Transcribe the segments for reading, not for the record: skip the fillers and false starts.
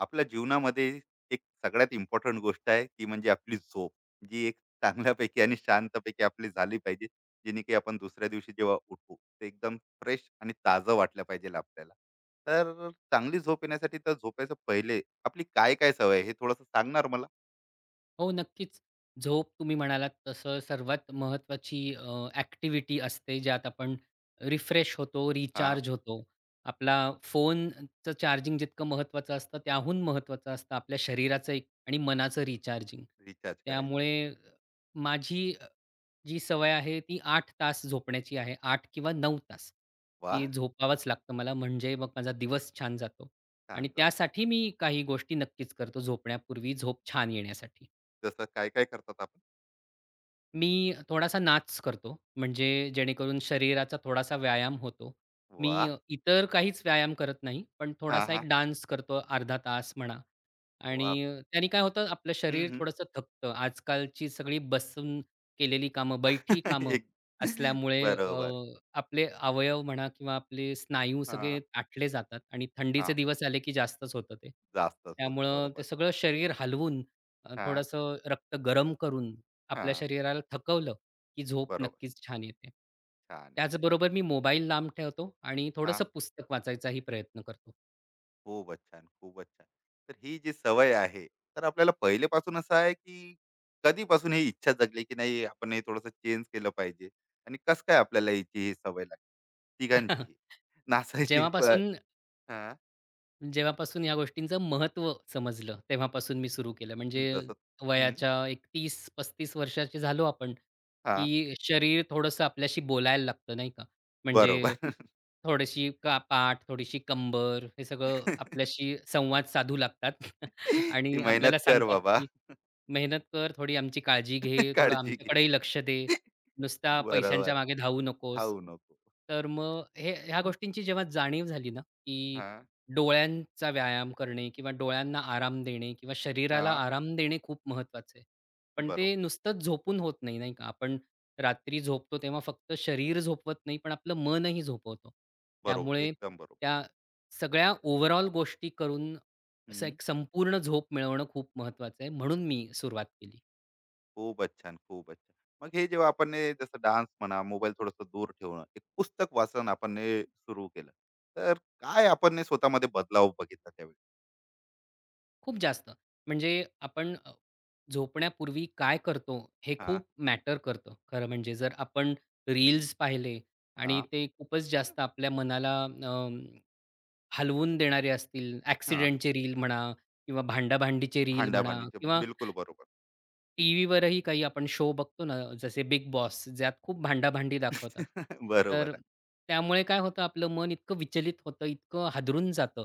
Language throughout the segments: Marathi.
आपल्या जीवनामध्ये एक सगळ्यात इम्पॉर्टंट गोष्ट आहे ती म्हणजे आपली झोप. जी एक चांगल्यापैकी आणि शांतपैकी आपली झाली पाहिजे. जेणे की आपण दुसऱ्या दिवशी जेव्हा उठू ते एकदम फ्रेश आणि ताजं वाटलं पाहिजे आपल्याला. तर चांगली झोप येण्यासाठी तर झोपायचं पहिले आपली काय काय सवय आहे हे थोडस सांगणार मला. हो, नक्कीच. झोप तुम्ही म्हणालात तसं सर्वात महत्त्वाची ॲक्टिव्हिटी असते, ज्यात आपण रिफ्रेश होतो, हा. रिचार्ज होतो. आपला फोनचं चार्जिंग जितकं महत्त्वाचं असतं, त्याहून महत्त्वाचं असतं आपल्या शरीराचं एक आणि मनाचं रिचार्जिंग. रिचार्ज करायचं. त्यामुळे माझी जी सवय आहे, ती 8 तास झोपण्याची आहे. 8 किंवा 9 तास. वा. ती झोपावंच लागतं मला, म्हणजे मग माझा दिवस छान जातो आणि छान जात. त्यासाठी मी काही गोष्टी नक्कीच करतो झोपण्यापूर्वी, झोप छान येण्यासाठी. जसं काय काय करतात आपण. मी थोडासा नाच करतो, म्हणजे जेणेकरून शरीराचा थोडासा व्यायाम होतो. मी वा. इतर काहीच व्यायाम करत नाही, पण हा थोडासा हा. एक डान्स करतो अर्धा तास म्हणा वा. आणि त्याने काय होतं आपलं हम्म, शरीर हम्म. थोडंसं थकतं. आजकालची सगळी बसून केलेली कामं, बैठी कामं एक. असल्यामुळे बरोबर. आपले अवयव म्हणा किंवा आपले स्नायू हा. सगळे ताठले जातात आणि हा. थंडीचे दिवस आले की जास्तच होतं ते. जास्तच होतो त्यामुळं ते बरोबर. सगळं शरीर हलवून हा. थोडंसं रक्त गरम करून आपल्या हां. शरीराला थकवलं, की झोप बरोबर. नक्कीच छान येते. छान आहे. अ, त्याचबरोबर मी मोबाईल लांब ठेवतो आणि हां. थोडंसं पुस्तक वाचायचाही प्रयत्न करतो. खूपच छान, खूपच छान. तर ही जी सवय आहे, तर आपल्याला पहिलेपासून असं आहे, की कधीपासून ही इच्छा जगली, की नाही आपण हे थोडंसं चेंज केलं पाहिजे? आणि कसं काय आपल्याला हिची ही सवय लागली तिघांचीही? नाचायची पण. जेव्हापासून हां. जेव्हापासून या गोष्टींचं महत्त्व समजलं, तेव्हापासून मी सुरू केलं. म्हणजे जसं. हं. वयाच्या एक 30-35 वर्षाचे झालो आपण, हां. की शरीर थोडंसं आपल्याशी बोलायला लागतं, नाही का? म्हणजे बरोबर. थोडीशी का पाठ, थोडीशी कंबर, हे सगळं आपल्याशी संवाद साधू लागतात की आणि मेहनत आपल्याला कर सांगतात, बाबा. की "मेहनत कर, थोडी आमची काळजी घे, थोडं काळजी घे. आमच्याकडेही लक्ष दे, नुसता पैशांच्या बरोबर, मागे धावू नकोस." धावू नको. तर मग हे ह्या गोष्टींची जेव्हा जाणीव झाली ना, की हां. डोळ्यांचा व्यायाम करणे किंवा डोळ्यांना आराम देणे किंवा शरीराला हां. आराम देणे खूप महत्त्वाचं आहे. पण बरोबर. ते नुसतंच झोपून होत नाही, नाही का? आपण रात्री झोपतो तेव्हा फक्त शरीर झोपवत नाही, पण आपलं मनही झोपवतो. बरोबर, त्यामुळे एकदम बरोबर. त्या सगळ्या ओव्हरऑल गोष्टी करून असं एक संपूर्ण झोप मिळवणं खूप महत्त्वाचं आहे. म्हणून मी सुरुवात केली. खूपच छान, खूपच छान. मग हे जेव्हा आपण हे जसं डान्स म्हणा, मोबाईल थोडंसं दूर ठेवणं, एक पुस्तक वाचन आपण हे सुरू केलं. तर काय आपण हे स्वतःमध्ये बदलाव बघितला त्यावेळी? खूप जास्त. म्हणजे आपण झोपण्यापूर्वी काय करतो हे हां. खूप मॅटर करतं खरं म्हणजे. जर आपण रील्स पाहिले आणि हां. ते खूपच जास्त आपल्या मनाला हलवून देणारे असतील, हां. ॲक्सिडेंटचे रील म्हणा किंवा भांडा-भांडीचे रील म्हणा भांडा-भांडीचे किंवा बिलकुल बरोबर. टीव्हीवरही काही आपण शो बघतो ना, जसे बिग बॉस ज्यात खूप भांडाभांडी दाखवतात. बरोबर तर आहे. त्यामुळे काय होतं आपलं मन इतकं विचलित होतं, इतकं हादरून जातं,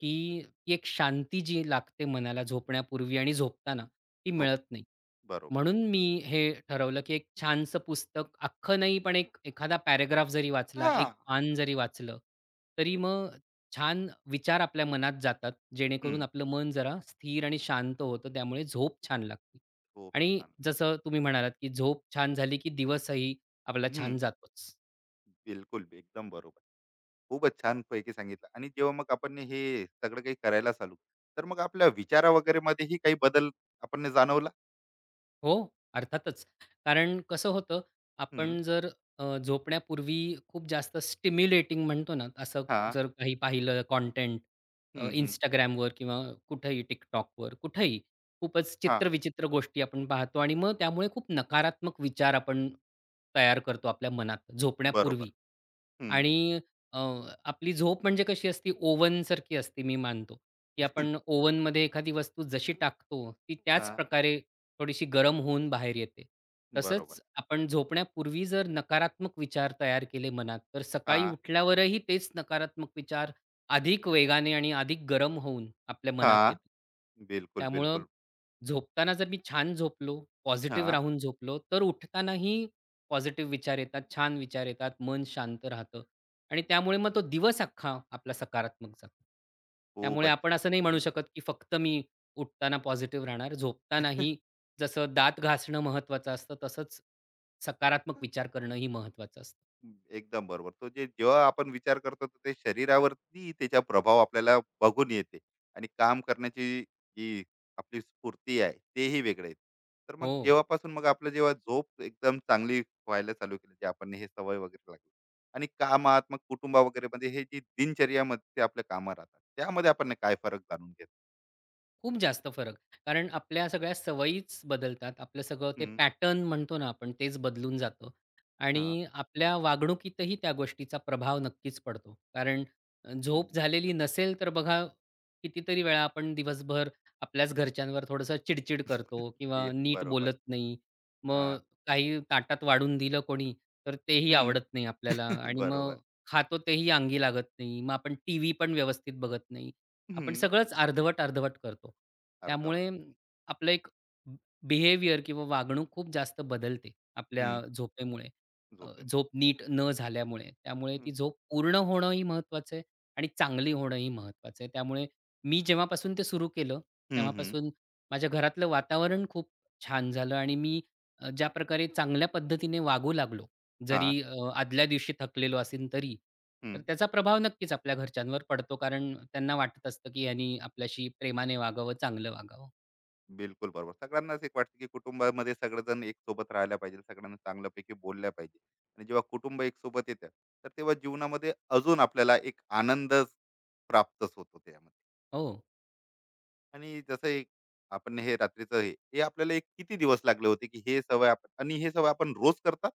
की ती एक शांती जी लागते मनाला झोपण्यापूर्वी आणि झोपताना ती हो, मिळत नाही. बरोबर. म्हणून मी हे ठरवलं, की एक छानसं पुस्तक अख्खं नाही, पण एक एखादा पॅराग्राफ जरी वाचला, हां. एक पान जरी वाचलं, तरी मग छान विचार आपल्या मनात जातात, जेणेकरून हं. आपलं मन जरा स्थिर आणि शांत होतं. त्यामुळे झोप छान लागते. खूप आणि छान. जसं तुम्ही म्हणालात, की झोप छान झाली, की दिवसही आपला हं. छान जातोच. बिलकुल, एकदम बरोबर. खूपच छानपैकी सांगितलं आणि जेव्हा मग आपण हे सगळं काही करायला चालू, तर मग आपल्या विचारा वगैरेमध्येही काही बदल आपण जाणवला? हो, अर्थातच. कारण कसं होतं, हं. आपण जर झोपण्यापूर्वी खूप जास्त स्टिम्युलेटिंग म्हणतो ना, असं हां. जर काही पाहिलं कंटेंट हं, हं. Instagramवर किंवा कुठेही TikTokवर, कुठेही खूपच हां. चित्रविचित्र गोष्टी आपण पाहतो आणि मग त्यामुळे खूप नकारात्मक विचार आपण तयार करतो आपल्या मनात बरोबर. झोपण्यापूर्वी. हं. आणि अ, आपली झोप म्हणजे कशी असती ओव्हनसारखी असते मी मानतो, की हां. आपण ओव्हनमध्ये एखादी वस्तू जशी टाकतो, ती त्याच हां. प्रकारे थोडीशी गरम होऊन बाहेर येते. बरोबर. तसंच आपण झोपण्यापूर्वी जर नकारात्मक विचार तयार केले मनात, तर सकाळी हां, उठल्यावरही तेच नकारात्मक विचार अधिक वेगाने आणि अधिक गरम होऊन आपल्या मनात हां. येतात. बिलकुल, त्यामुळं बिलकुल. झोपताना जर मी छान झोपलो, पॉझिटिव्ह हां, राहून झोपलो, तर उठतानाही पॉझिटिव्ह विचार येतात, छान विचार येतात, मन शांत राहतं आणि त्यामुळे मग तो दिवस अख्खा आपला सकारात्मक जातो. त्यामुळे खूपच. आपण असं नाही म्हणू हं. शकत, की फक्त मी उठताना पॉझिटिव्ह राहणार. झोपतानाही जसं दात घासणं महत्त्वाचं असतं, तसंच सकारात्मक विचार करणंही महत्त्वाचं असतं. एकदम बरोबर. तो जे जेव्हा आपण विचार करतो तर ते शरीरावरती त्याचा प्रभाव आपल्याला बघून येते आणि काम करण्याची जी आपली स्फूर्ती आहे, तेही वेगळं येते. तर मग हो. जेव्हापासून मग आपलं जेव्हा झोप एकदम चांगली व्हायला चालू केली, जे आपण हे सवय वगैरे लागली आणि कामात मग कुटुंब वगैरेमध्ये हे जी दिनचर्यामध्ये आपल्या कामं राहतात, त्यामध्ये आपण काय फरक जाणून घेतो? खूप जास्त फरक. कारण आपल्या सगळ्या सवयीच बदलतात. आपलं सगळं ते हं. पॅटर्न म्हणतो ना आपण तेच बदलून जातं हां. आणि आपल्या वागणुकीतही त्या गोष्टीचा प्रभाव नक्कीच पडतो. कारण हं, झोप झालेली नसेल तर बघा कितीतरी वेळा आपण दिवसभर आपल्याच घरच्यांवर थोडंसं चिड करतो किंवा ते नीट बरोबर. बोलत नाही. मग हां. काही ताटात वाढून दिलं कोणी तर तेही हं. आवडत नाही आपल्याला आणि बरोबर. मग खातो तेही अंगी लागत नाही. मग आपण टीव्ही पण व्यवस्थित बघत नाही. आपण हं. सगळंच अर्धवट-अर्धवट करतो. अर्धवट. त्यामुळे आपलं एक ब बिहेवियर किंवा वागणूक खूप जास्त बदलते आपल्या हं. झोपेमुळे. झोपेमध्ये. झोप नीट न झाल्यामुळे. त्यामुळे हं. ती झोप पूर्ण होणंही महत्त्वाचं आहे आणि चांगली होणंही महत्त्वाचं आहे. त्यामुळे मी जेव्हापासून ते सुरू केलं, हं, हं. तेव्हापासून माझ्या घरातलं वातावरण खूप छान झालं आणि मी ज्या प्रकारे चांगल्या पद्धतीने वागू लागलो जरी हां. आदल्या दिवशी थकलेलो असेन तरी. हं. तर त्याचा प्रभाव नक्कीच आपल्या घरच्यांवर पडतो कारण त्यांना वाटत असतं, की ह्यानी आपल्याशी प्रेमाने वागावं, चांगलं वागावं. बिलकुल बरोबर. सगळ्यांनाच एक वाटतं, की कुटुंबामध्ये सगळेजण एक सोबत राहायला पाहिजे. सगळ्यांना चांगल्यापैकी बोलल्या पाहिजे. आणि जेव्हा कुटुंब एक सोबत येतं, तर तेव्हा जीवनामध्ये अजून आपल्याला एक आनंद प्राप्तच होतो त्यामध्ये. हो. आणि जसं एक आपण हे रात्रीचं हे, हे आपल्याला एक किती दिवस लागले होते, की हे सवय आपण आणि हे सवय आपण रोज करतात?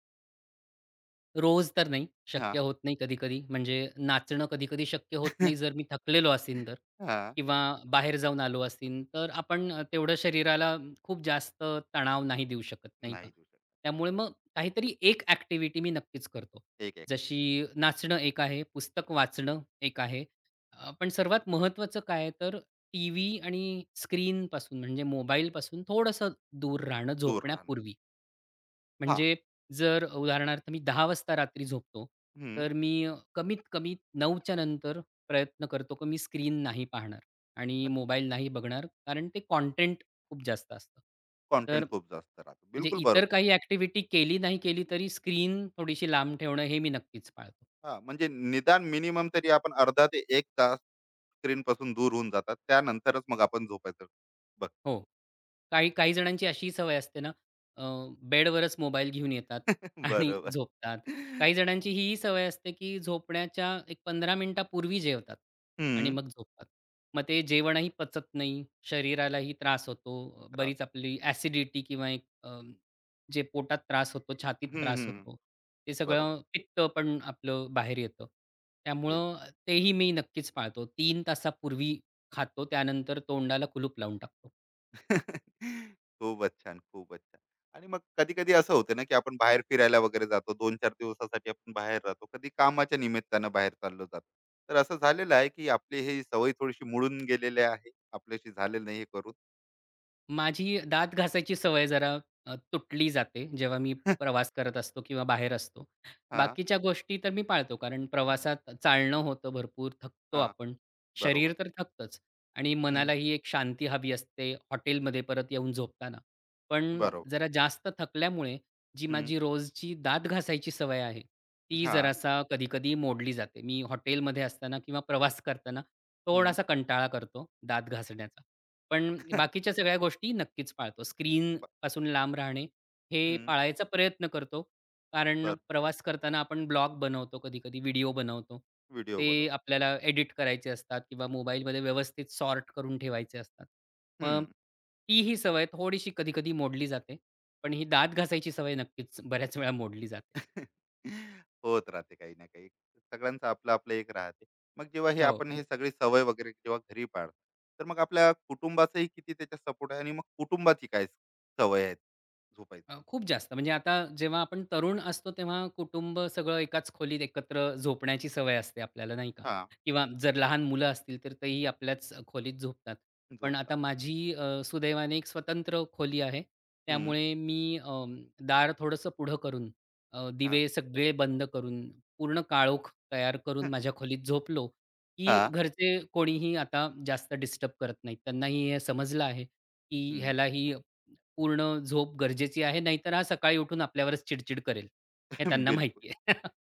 रोज तर नाही, हां. शक्य होत नाही कधी-कधी. म्हणजे नाचणं कधी-कधी शक्य होत नाही जर मी थकलेलो असीन तर हां. किंवा बाहेर जाऊन आलो असीन, तर आपण तेवढं शरीराला खूप जास्त तणाव नाही देऊ शकत, नाही का? नाही. दिवस. त्यामुळे मग काहीतरी एक ॲक्टिव्हिटी मी नक्कीच करतो. एक ऍक्टिव्हिटी. जशी नाचणं एक आहे, पुस्तक वाचणं एक आहे. पण सर्वात महत्त्वाचं काय आहे तर टीव्ही आणि स्क्रीनपासून म्हणजे मोबाईलपासून थोडंसं दूर राहणं दूर राहणं. झोपण्यापूर्वी. हा. म्हणजे जर उदाहरणार्थ मी 10 वाजता रात्री झोपतो, हम्म. तर मी कमीत कमी 9च्या नंतर प्रयत्न करतो, की मी स्क्रीन नाही पाहणार आणि मोबाईल नाही बघणार. कारण ते कॉन्टेंट खूप जास्त असतं. कॉन्टेंट तर खूप जास्त राहतो, म्हणजे बिलकुल इतर बरोबर. काही ॲक्टिव्हिटी केली नाही केली तरी स्क्रीन थोडीशी लांब ठेवणं हे मी नक्कीच पाळतो. हा, म्हणजे निदान मिनिमम तरी आपण अर्धा ते एक तास स्क्रीन पासून दूर होऊन जातात त्यानंतरच मग आपण झोपायचं बघ. हो. काही काही जणांची अशीही सवय असते ना, अ, बेडवरच मोबाईल घेऊन येतात आणि बरोबर. झोपतात. काही जणांची हीही सवय असते, की झोपण्याच्या एक 15 मिनिटापूर्वी जेवतात आणि हम्म. मग झोपतात. मग ते जेवणही पचत नाही, शरीरालाही त्रास होतो. त्रास. बरीच आपली ॲसिडिटी किंवा एक जे पोटात त्रास होतो, छातीत हम्म त्रास हम्म, हम्म. होतो. ते बरोबर. सगळं पित्त पण आपलं बाहेर येतं. ते. त्यामुळं तेही मी नक्कीच पाळतो. 3 तासापूर्वी खातो, त्यानंतर तोंडाला कुलूप लावून टाकतो. खूपच छान, खूपच छान. आणि मग कधी-कधी असं होतं ना, की आपण बाहेर फिरायला वगैरे जातो. 2-4 दिवसासाठी आपण बाहेर राहतो. कधी कामाच्या निमित्तानं बाहेर चाललो जातो. तर असं झालेलं आहे, की आपली ही सवय थोडीशी मुडून गेलेली आहे. आपल्याशी झालेलं नाही हे करून. माझी दात घासायची सवय जरा तुटली जाते जेव्हा मी प्रवास करत असतो किंवा बाहेर असतो. हां, बाकीच्या गोष्टी तर मी पाळतो कारण प्रवासात चालणं होतं भरपूर, थकतो हां. आपण. शरीर बरोबर. तर थकतंच आणि हं. मनालाही एक शांती हवी असते हॉटेलमध्ये परत येऊन झोपताना. पण बरोबर. जरा जास्त थकल्यामुळे जी हं. माझी रोजची दात घासायची सवय आहे, ती हां. जरासा कधी मोडली जाते. मी हॉटेलमध्ये असताना किंवा प्रवास करताना हं. थोडासा कंटाळा करतो दात घासण्याचा. पण बाकीच्या सगळ्या गोष्टी नक्कीच पाळतो. स्क्रीनपासून लांब राहणे, हे हं. पाळायचा प्रयत्न करतो. कारण बरं. प्रवास करताना आपण ब्लॉग बनवतो कधी-कधी, व्हिडिओ बनवतो. व्हिडिओ ते बनवतो. आपल्याला एडिट करायचे असतात किंवा मोबाईलमध्ये व्यवस्थित सॉर्ट करून ठेवायचे असतात. मग ती ही सवय थोडीशी कधी-कधी मोडली जाते. पण ही दात घासायची सवय नक्कीच बऱ्याच वेळा मोडली जाते. होत राहते काही ना काही. सगळ्यांचं आपलं-आपलं एक राहते. मग जेव्हा हे हो. आपण हे सगळी सवय वगैरे जेव्हा घरी पाळतो, तर मग आपल्या कुटुंबाचाही किती त्याच्या सपोर्ट आहे आणि मग कुटुंबाची काय सवय आहे झोपायचं? खूप जास्त. म्हणजे आता जेव्हा आपण तरुण असतो, तेव्हा कुटुंब सगळं एकाच खोलीत एकत्र झोपण्याची सवय असते आपल्याला, नाही का? हां. किंवा जर लहान मुलं असतील, तर तेही आपल्याच खोलीत झोपतात. पण झोपतात. आता माझी सुदैवाने एक स्वतंत्र खोली आहे. हं. त्यामुळे मी दार थोडंसं पुढं करून, हां. दिवे सगळे बंद करून, पूर्ण काळोख तयार करून माझ्या खोलीत झोपलो, की हां. घरचे कोणीही आता जास्त डिस्टर्ब करत नाहीत. त्यांनाही हे समजलं आहे, की हं. ह्याला पूर्ण झोप गरजेची आहे, नाहीतर हा सकाळी उठून आपल्यावरच चिड-चिड करेल. हे त्यांना बिलकुल. माहिती आहे.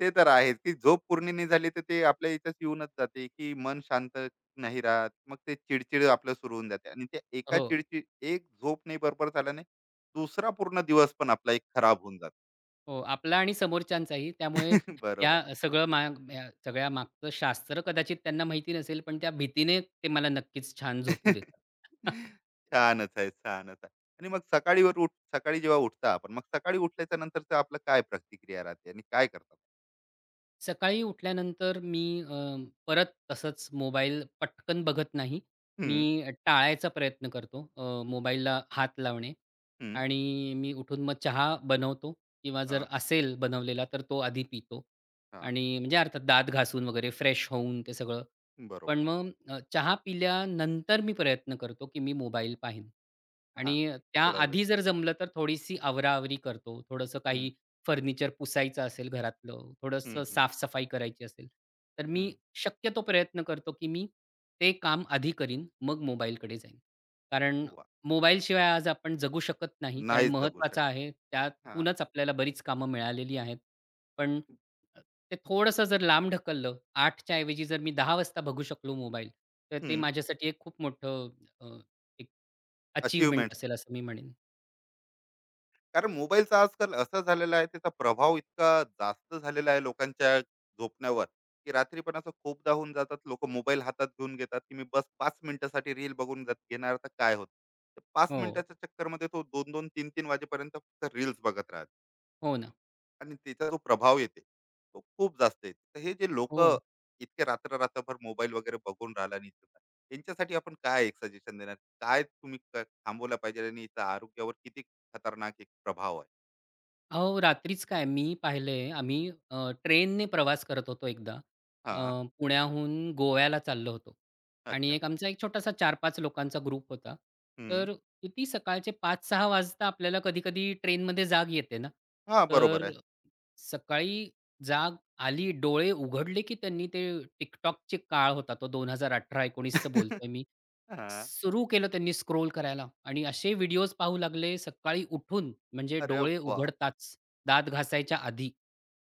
ते तर आहेच की झोप पूर्ण नाही झाली तर ते आपल्या याच्यात येऊनच जाते की मन शांत नाही राहत. मग ते चिडचिड आपलं सुरू होऊन जाते आणि त्या एका हो, चिडचिड एक झोप नाही बरोबर झाल्याने दुसरा पूर्ण दिवस पण आपला एक खराब होऊन जातो. हो. आपला आणि समोरच्यांचाही. त्यामुळे बरोबर. या सगळं मा या सगळ्या मागचं शास्त्र कदाचित त्यांना माहिती नसेल, पण त्या भीतीने ते मला नक्कीच छान झोपू देतात. छानच आहे, छानच आहे. आणि मग सकाळी वर उठ सकाळी जेव्हा उठता आपण, मग सकाळी उठल्याच्या नंतरच आपलं काय प्रतिक्रिया राहते आणि काय करतात? सकाळी उठल्यानंतर मी परत तसंच मोबाईल पटकन बघत नाही. मी हं, टाळायचा प्रयत्न करतो मोबाईलला हात लावणे हं. आणि मी उठून मग चहा बनवतो किंवा जर हां, असेल बनवलेला तर तो आधी पितो हां. आणि म्हणजे अर्थात दात घासून वगैरे फ्रेश होऊन ते सगळं पण बरोबर. मग चहा पिल्यानंतर मी प्रयत्न करतो, की मी मोबाईल पाहीन हां, आणि थोडा वेळ. त्याआधी जर जमलं तर थोडीशी आवराआवरी करतो. थोडंसं हं, काही फर्निचर पुसायचं असेल घरातलं, हं, थोडंसं हं, साफ करायची असेल, तर हं. मी शक्यतो प्रयत्न करतो, की मी ते काम आधी करीन, मग मोबाईलकडे जाईन. कारण वाह! मोबाईलशिवाय आज आपण जगू शकत नाही, कारण नाहीच जगू महत्त्वाचा शकत. आहे. हां. त्यातूनच आपल्याला बरीच कामं मिळालेली आहेत. पण अ, ते थोडंसं जर लांब ढकललं, 8 च्या ऐवजी जर मी 10 वाजता बघू शकलो मोबाईल, तर ते हं. माझ्यासाठी एक खूप मोठं अ, एक अचीव्हमेंट असेल असं मी म्हणेन. कारण मोबाईलचा आजकाल असं झालेला आहे, त्याचा प्रभाव इतका जास्त झालेला आहे लोकांच्या झोपण्यावर, की रात्री पण असं खूपदा होऊन जातात लोक मोबाईल हातात घेऊन घेतात की मी बस पाच मिनिटासाठी रील बघून जात घेणार, तर काय होत, तर पाच हो. मिनिटाच्या चक्करमध्ये तो दोन दोन तीन तीन वाजेपर्यंत फक्त रील्स बघत राहते. हो ना. आणि त्याचा जो प्रभाव येते तो खूप जास्त येते, तर हे जे लोक हो. इतके रात्र रात्रभर मोबाईल वगैरे बघून राहिला आणि इतकं काय, यांच्यासाठी आपण काय एक सजेशन देणार, काय तुम्ही थांबवलं पाहिजे आणि याचा आरोग्यावर किती खतरनाक एक प्रभाव आहे. अहो, रात्रीच काय मी पाहिलंय आम्ही ट्रेनने प्रवास करत होतो एकदा. अ, हा. पुण्याहून गोव्याला चाललो होतो आणि अच्छा. एक आमचा एक छोटासा 4-5 लोकांचा ग्रुप होता. हं. तर किती सकाळचे पाच सहा वाजता आपल्याला कधी-कधी ट्रेनमध्ये जाग येते ना. हां, बरोबर तर आहे. सकाळी जाग आली, डोळे उघडले की त्यांनी ते TikTokची काळ होता तो 2018-19 बोलतोय मी. हां. सुरू केलं त्यांनी स्क्रोल करायला आणि असे व्हिडिओज पाहू लागले सकाळी उठून म्हणजे अरे डोळे वाह! उघडताच, दात घासायच्या आधी.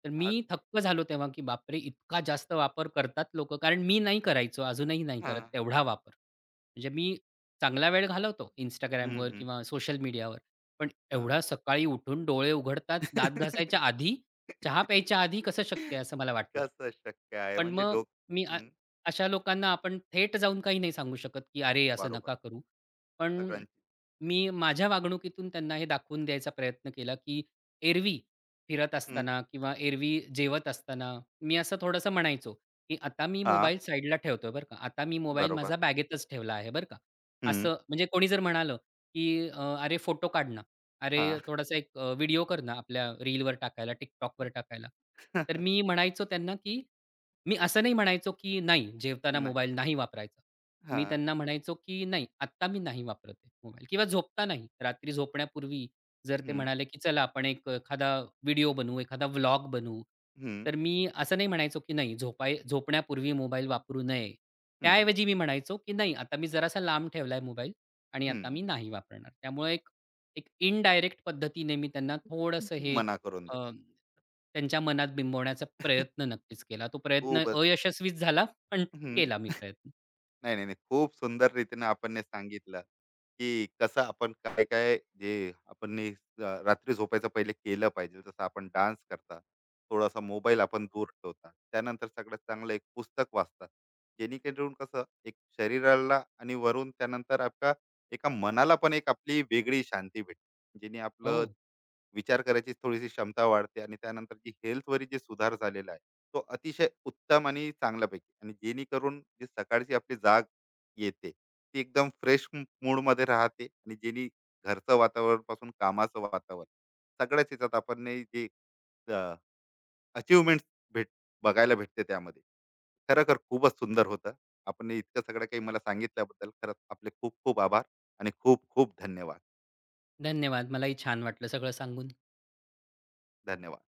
तर आज. मी थक्क झालो तेव्हा, की बापरे! इतका जास्त वापर करतात लोकं. कारण मी नाही करायचो, अजूनही नाही करत हां. तेवढा वापर. म्हणजे मी चांगला वेळ घालवतो हं, Instagramवर हं. किंवा सोशल मीडियावर. पण हां. एवढा सकाळी उठून डोळे उघडताच, दात घासायच्या आधी, चहा प्यायच्या आधी कसं शक्य आहे असं मला वाटलं. कसं शक्य आहे, पण म्हणजे मग डोक. मी हं, अशा लोकांना आपण थेट जाऊन काही नाही सांगू शकत, की "अरे, असं बरोबर. नका करू." पण सगळ्यांची. मी माझ्या वागणुकीतून त्यांना हे दाखवून द्यायचा प्रयत्न केला, की एरवी फिरत हं. असताना किंवा एरवी जेवत असताना मी असं थोडंसं म्हणायचो, की "आता मी हां, मोबाईल साईडला ठेवतोय बरं का. आता मी मोबाईल बरोबर. माझा बॅगेतच ठेवला आहे बरं का." हं. असं म्हणजे कोणी जर म्हणालं, की अरे, फोटो काढ ना. अरे, हां. थोडासा एक व्हिडिओ कर ना आपल्या रीलवर टाकायला, TikTokवर टाकायला." तर मी म्हणायचो त्यांना, की मी असं नाही म्हणायचो, की नाही जेवताना नाही. मोबाईल नाही वापरायचा. मी हां. त्यांना म्हणायचो, की "नाही, आत्ता मी नाही वापरत आहे मोबाईल" किंवा झोपतानाही. रात्री झोपण्यापूर्वी जर ते हं. म्हणाले, की "चला आपण एक एखादा व्हिडिओ बनवू, एखादा व्लॉग बनवू." हं, तर मी असं नाही म्हणायचो, की "नाही, झोपण्यापूर्वी मोबाईल वापरू नये." हं, त्याऐवजी मी म्हणायचो, की "नाही, आता मी जरासा लांब ठेवलाय मोबाईल आणि आता हं. मी नाही वापरणार." त्यामुळे एक एक इनडायरेक्ट पद्धतीने मी त्यांना थोडंसं हे मना करून देतो. त्यांच्या मनात बिंबवण्याचा प्रयत्न नक्कीच केला. तो प्रयत्न खूपच. अयशस्वीच झाला, पण केला मी प्रयत्न. नाही, नाही, नाही. खूप सुंदर रीतीने आपण सांगितलं, की कसं आपण काय-काय जे आपण हे, रात्री झोपायचं पहिले केलं पाहिजे. जसं आपण डान्स करता, थोडासा मोबाईल आपण दूर ठेवतात. त्यानंतर सगळ्यात चांगलं एक पुस्तक वाचतात. जेणेकरून कसं एक शरीराला आणि वरून त्यानंतर आपल्या एका मनाला पण एक आपली वेगळी शांती भेटते. जेणे आपलं हो, विचार करायची थोडीशी क्षमता वाढते आणि त्यानंतर जी हेल्थवरील जे सुधार झालेला आहे, तो अतिशय उत्तम आणि चांगल्यापैकी आणि जेणेकरून जी सकाळची आपली जाग येते, ती एकदम फ्रेश मूडमध्ये राहते आणि जेणे घरचं वातावरण पासून कामाचं वातावरण सगळ्याच ह्याच्यात आपण नाही जे अ, अचीव्हमेंट्स भेट बघायला भेटते त्यामध्ये. खरोखर खूपच सुंदर होतं. आपण ने इतकं सगळं काही मला सांगितल्याबद्दल खरंच आपले खूप खूप आभार आणि खूप खूप धन्यवाद. धन्यवाद. मलाही छान वाटलं सगळं सांगून. धन्यवाद.